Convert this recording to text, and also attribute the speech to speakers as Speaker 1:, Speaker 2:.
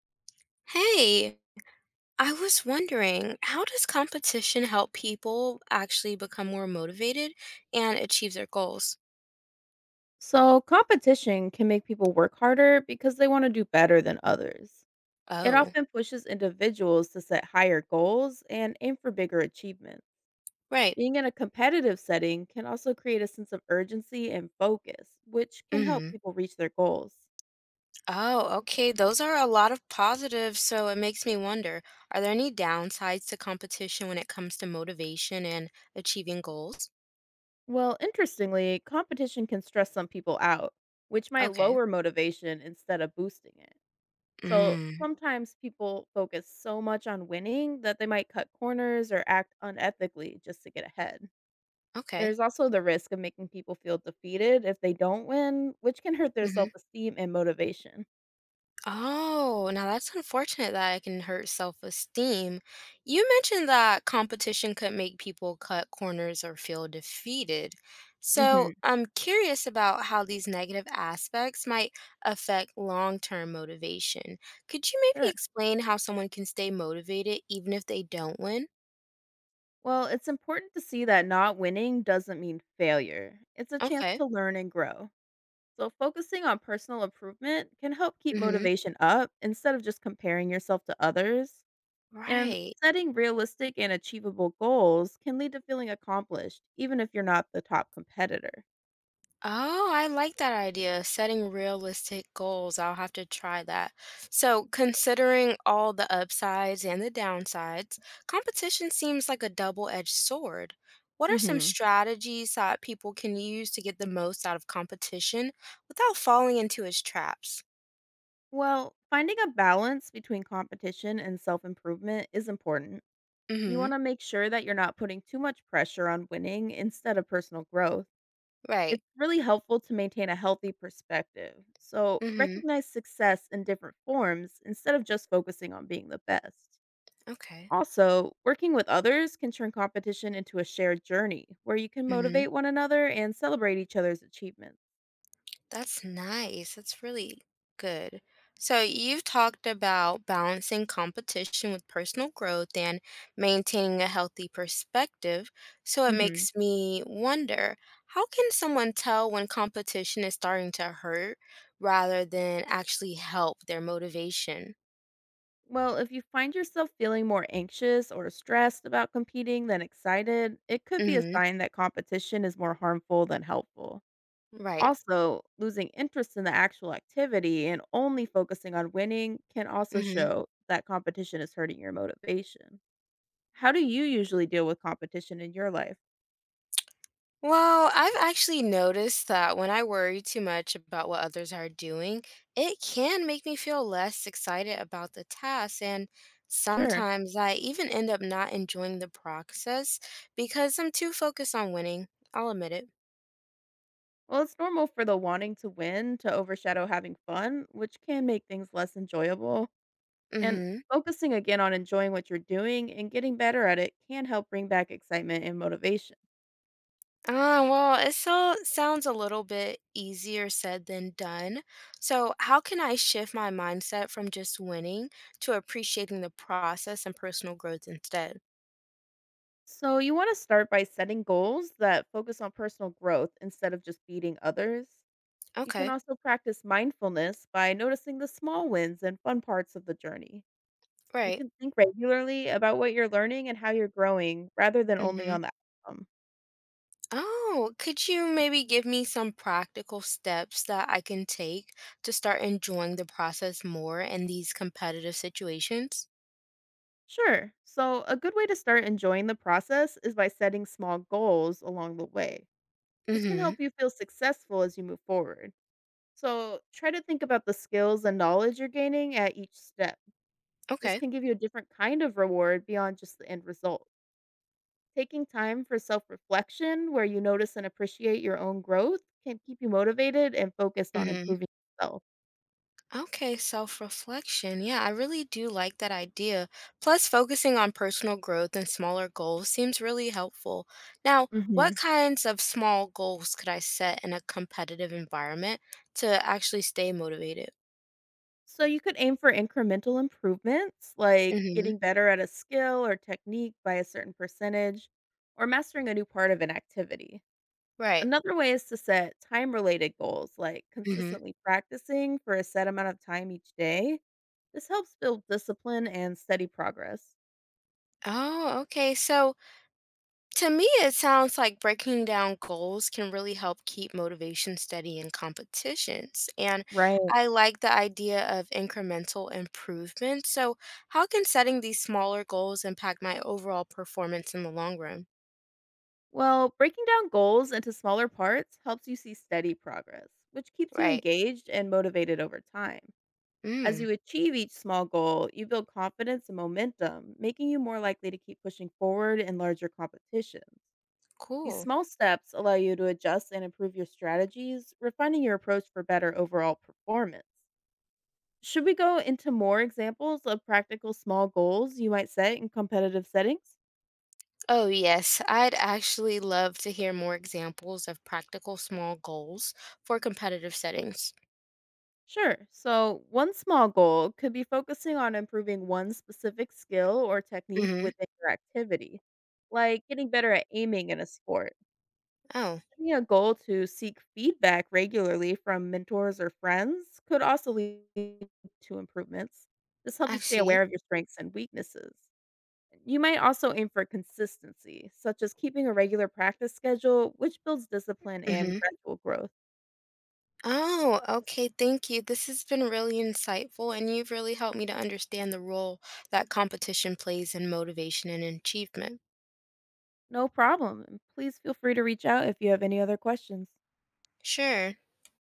Speaker 1: Hey, I was wondering, how does competition help people actually become more motivated and achieve their goals?
Speaker 2: So, competition can make people work harder because they want to do better than others. It
Speaker 1: Oh,
Speaker 2: often pushes individuals to set higher goals and aim for bigger achievements.
Speaker 1: right.
Speaker 2: Being in a competitive setting can also create a sense of urgency and focus, which can help
Speaker 1: hmm
Speaker 2: people reach their goals.
Speaker 1: Oh, okay. Those are a lot of positives, so it makes me wonder, are there any downsides to competition when it comes to motivation and achieving goals?
Speaker 2: Well, interestingly, competition can stress some people out, which might
Speaker 1: Okay.
Speaker 2: lower motivation instead of boosting it. So,
Speaker 1: Mm,
Speaker 2: sometimes people focus so much on winning that they might cut corners or act unethically just to get ahead.
Speaker 1: okay.
Speaker 2: There's also the risk of making people feel defeated if they don't win, which can hurt their
Speaker 1: Mm-hmm.
Speaker 2: self-esteem and motivation.
Speaker 1: Oh, now that's unfortunate that it can hurt self-esteem. You mentioned that competition could make people cut corners or feel defeated. So
Speaker 2: hmm
Speaker 1: I'm curious about how these negative aspects might affect long-term motivation. Could you maybe
Speaker 2: Sure.
Speaker 1: explain how someone can stay motivated even if they don't win?
Speaker 2: Well, it's important to see that not winning doesn't mean failure. It's a chance
Speaker 1: Okay.
Speaker 2: to learn and grow. So, focusing on personal improvement can help keep
Speaker 1: Mm-hmm.
Speaker 2: motivation up instead of just comparing yourself to others. And
Speaker 1: Right.
Speaker 2: setting realistic and achievable goals can lead to feeling accomplished, even if you're not the top competitor.
Speaker 1: Oh, I like that idea. Setting realistic goals. I'll have to try that. So, considering all the upsides and the downsides, competition seems like a double-edged sword. What are some
Speaker 2: hmm
Speaker 1: strategies that people can use to get the most out of competition without falling into its traps?
Speaker 2: Well, finding a balance between competition and self improvement is important. You
Speaker 1: Mm-hmm.
Speaker 2: want to make sure that you're not putting too much pressure on winning instead of personal growth.
Speaker 1: Right.
Speaker 2: It's really helpful to maintain a healthy perspective. So,
Speaker 1: Mm-hmm.
Speaker 2: recognize success in different forms instead of just focusing on being the best.
Speaker 1: Okay.
Speaker 2: Also, working with others can turn competition into a shared journey where you can
Speaker 1: Mm-hmm.
Speaker 2: motivate one another and celebrate each other's achievements.
Speaker 1: That's nice. That's really good. So, you've talked about balancing competition with personal growth and maintaining a healthy perspective. So, it
Speaker 2: Mhm.
Speaker 1: makes me wonder, how can someone tell when competition is starting to hurt rather than actually help their motivation?
Speaker 2: Well, if you find yourself feeling more anxious or stressed about competing than excited, it could
Speaker 1: Mm
Speaker 2: be a
Speaker 1: hmm.
Speaker 2: sign that competition is more harmful than helpful.
Speaker 1: Right.
Speaker 2: Also, losing interest in the actual activity and only focusing on winning can also
Speaker 1: Mm-hmm.
Speaker 2: show that competition is hurting your motivation. How do you usually deal with competition in your life?
Speaker 1: Well, I've actually noticed that when I worry too much about what others are doing, it can make me feel less excited about the task. And
Speaker 2: Sure.
Speaker 1: sometimes I even end up not enjoying the process because I'm too focused on winning. I'll admit it.
Speaker 2: Well, it's normal for the wanting to win to overshadow having fun, which can make things less enjoyable. And
Speaker 1: Mm-hmm.
Speaker 2: focusing again on enjoying what you're doing and getting better at it can help bring back excitement and motivation.
Speaker 1: Ah, well, it so sounds a little bit easier said than done. So, how can I shift my mindset from just winning to appreciating the process and personal growth instead?
Speaker 2: So, you want to start by setting goals that focus on personal growth instead of just beating others. You can
Speaker 1: Okay,
Speaker 2: also practice mindfulness by noticing the small wins and fun parts of the journey. You
Speaker 1: right.
Speaker 2: can think regularly about what you're learning and how you're growing rather than only on the outcome.
Speaker 1: Oh, could you maybe give me some practical steps that I can take to start enjoying the process more in these competitive situations?
Speaker 2: Sure. So, a good way to start enjoying the process is by setting small goals along the way. This can
Speaker 1: Mm-hmm.
Speaker 2: help you feel successful as you move forward. So, try to think about the skills and knowledge you're gaining at each step. This
Speaker 1: Okay.
Speaker 2: can give you a different kind of reward beyond just the end result. Taking time for self reflection, where you notice and appreciate your own growth, can keep you motivated and focused on
Speaker 1: Mm-hmm.
Speaker 2: improving yourself.
Speaker 1: Okay, self-reflection. Yeah, I really do like that idea. Plus, focusing on personal growth and smaller goals seems really helpful. Now, what
Speaker 2: hmm
Speaker 1: kinds of small goals could I set in a competitive environment to actually stay motivated?
Speaker 2: So, you could aim for incremental improvements like
Speaker 1: Mm-hmm.
Speaker 2: getting better at a skill or technique by a certain percentage or mastering a new part of an activity.
Speaker 1: Right.
Speaker 2: Another way is to set time related goals, like
Speaker 1: Mm-hmm.
Speaker 2: consistently practicing for a set amount of time each day. This helps build discipline and steady progress.
Speaker 1: Oh, okay. So, to me, it sounds like breaking down goals can really help keep motivation steady in competitions. And
Speaker 2: Right.
Speaker 1: I like the idea of incremental improvement. So, how can setting these smaller goals impact my overall performance in the long run?
Speaker 2: Well, breaking down goals into smaller parts helps you see steady progress, which keeps you
Speaker 1: Right.
Speaker 2: engaged and motivated over time. As
Speaker 1: Mm,
Speaker 2: you achieve each small goal, you build confidence and momentum, making you more likely to keep pushing forward in larger competitions. These
Speaker 1: cool.
Speaker 2: small steps allow you to adjust and improve your strategies, refining your approach for better overall performance. Should we go into more examples of practical small goals you might set in competitive settings?
Speaker 1: Oh, yes. I'd actually love to hear more examples of practical small goals for competitive settings.
Speaker 2: Sure. So, one small goal could be focusing on improving one specific skill or technique
Speaker 1: Mm-hmm.
Speaker 2: within your activity, like getting better at aiming in a sport.
Speaker 1: Oh,
Speaker 2: Setting a goal to seek feedback regularly from mentors or friends could also lead to improvements. This helps
Speaker 1: I
Speaker 2: you stay
Speaker 1: see.
Speaker 2: aware of your strengths and weaknesses. You might also aim for consistency, such as keeping a regular practice schedule, which builds discipline and
Speaker 1: Mm-hmm.
Speaker 2: gradual growth.
Speaker 1: Oh, okay. Thank you. This has been really insightful, and you've really helped me to understand the role that competition plays in motivation and achievement.
Speaker 2: No problem. And Please feel free to reach out if you have any other questions.
Speaker 1: Sure.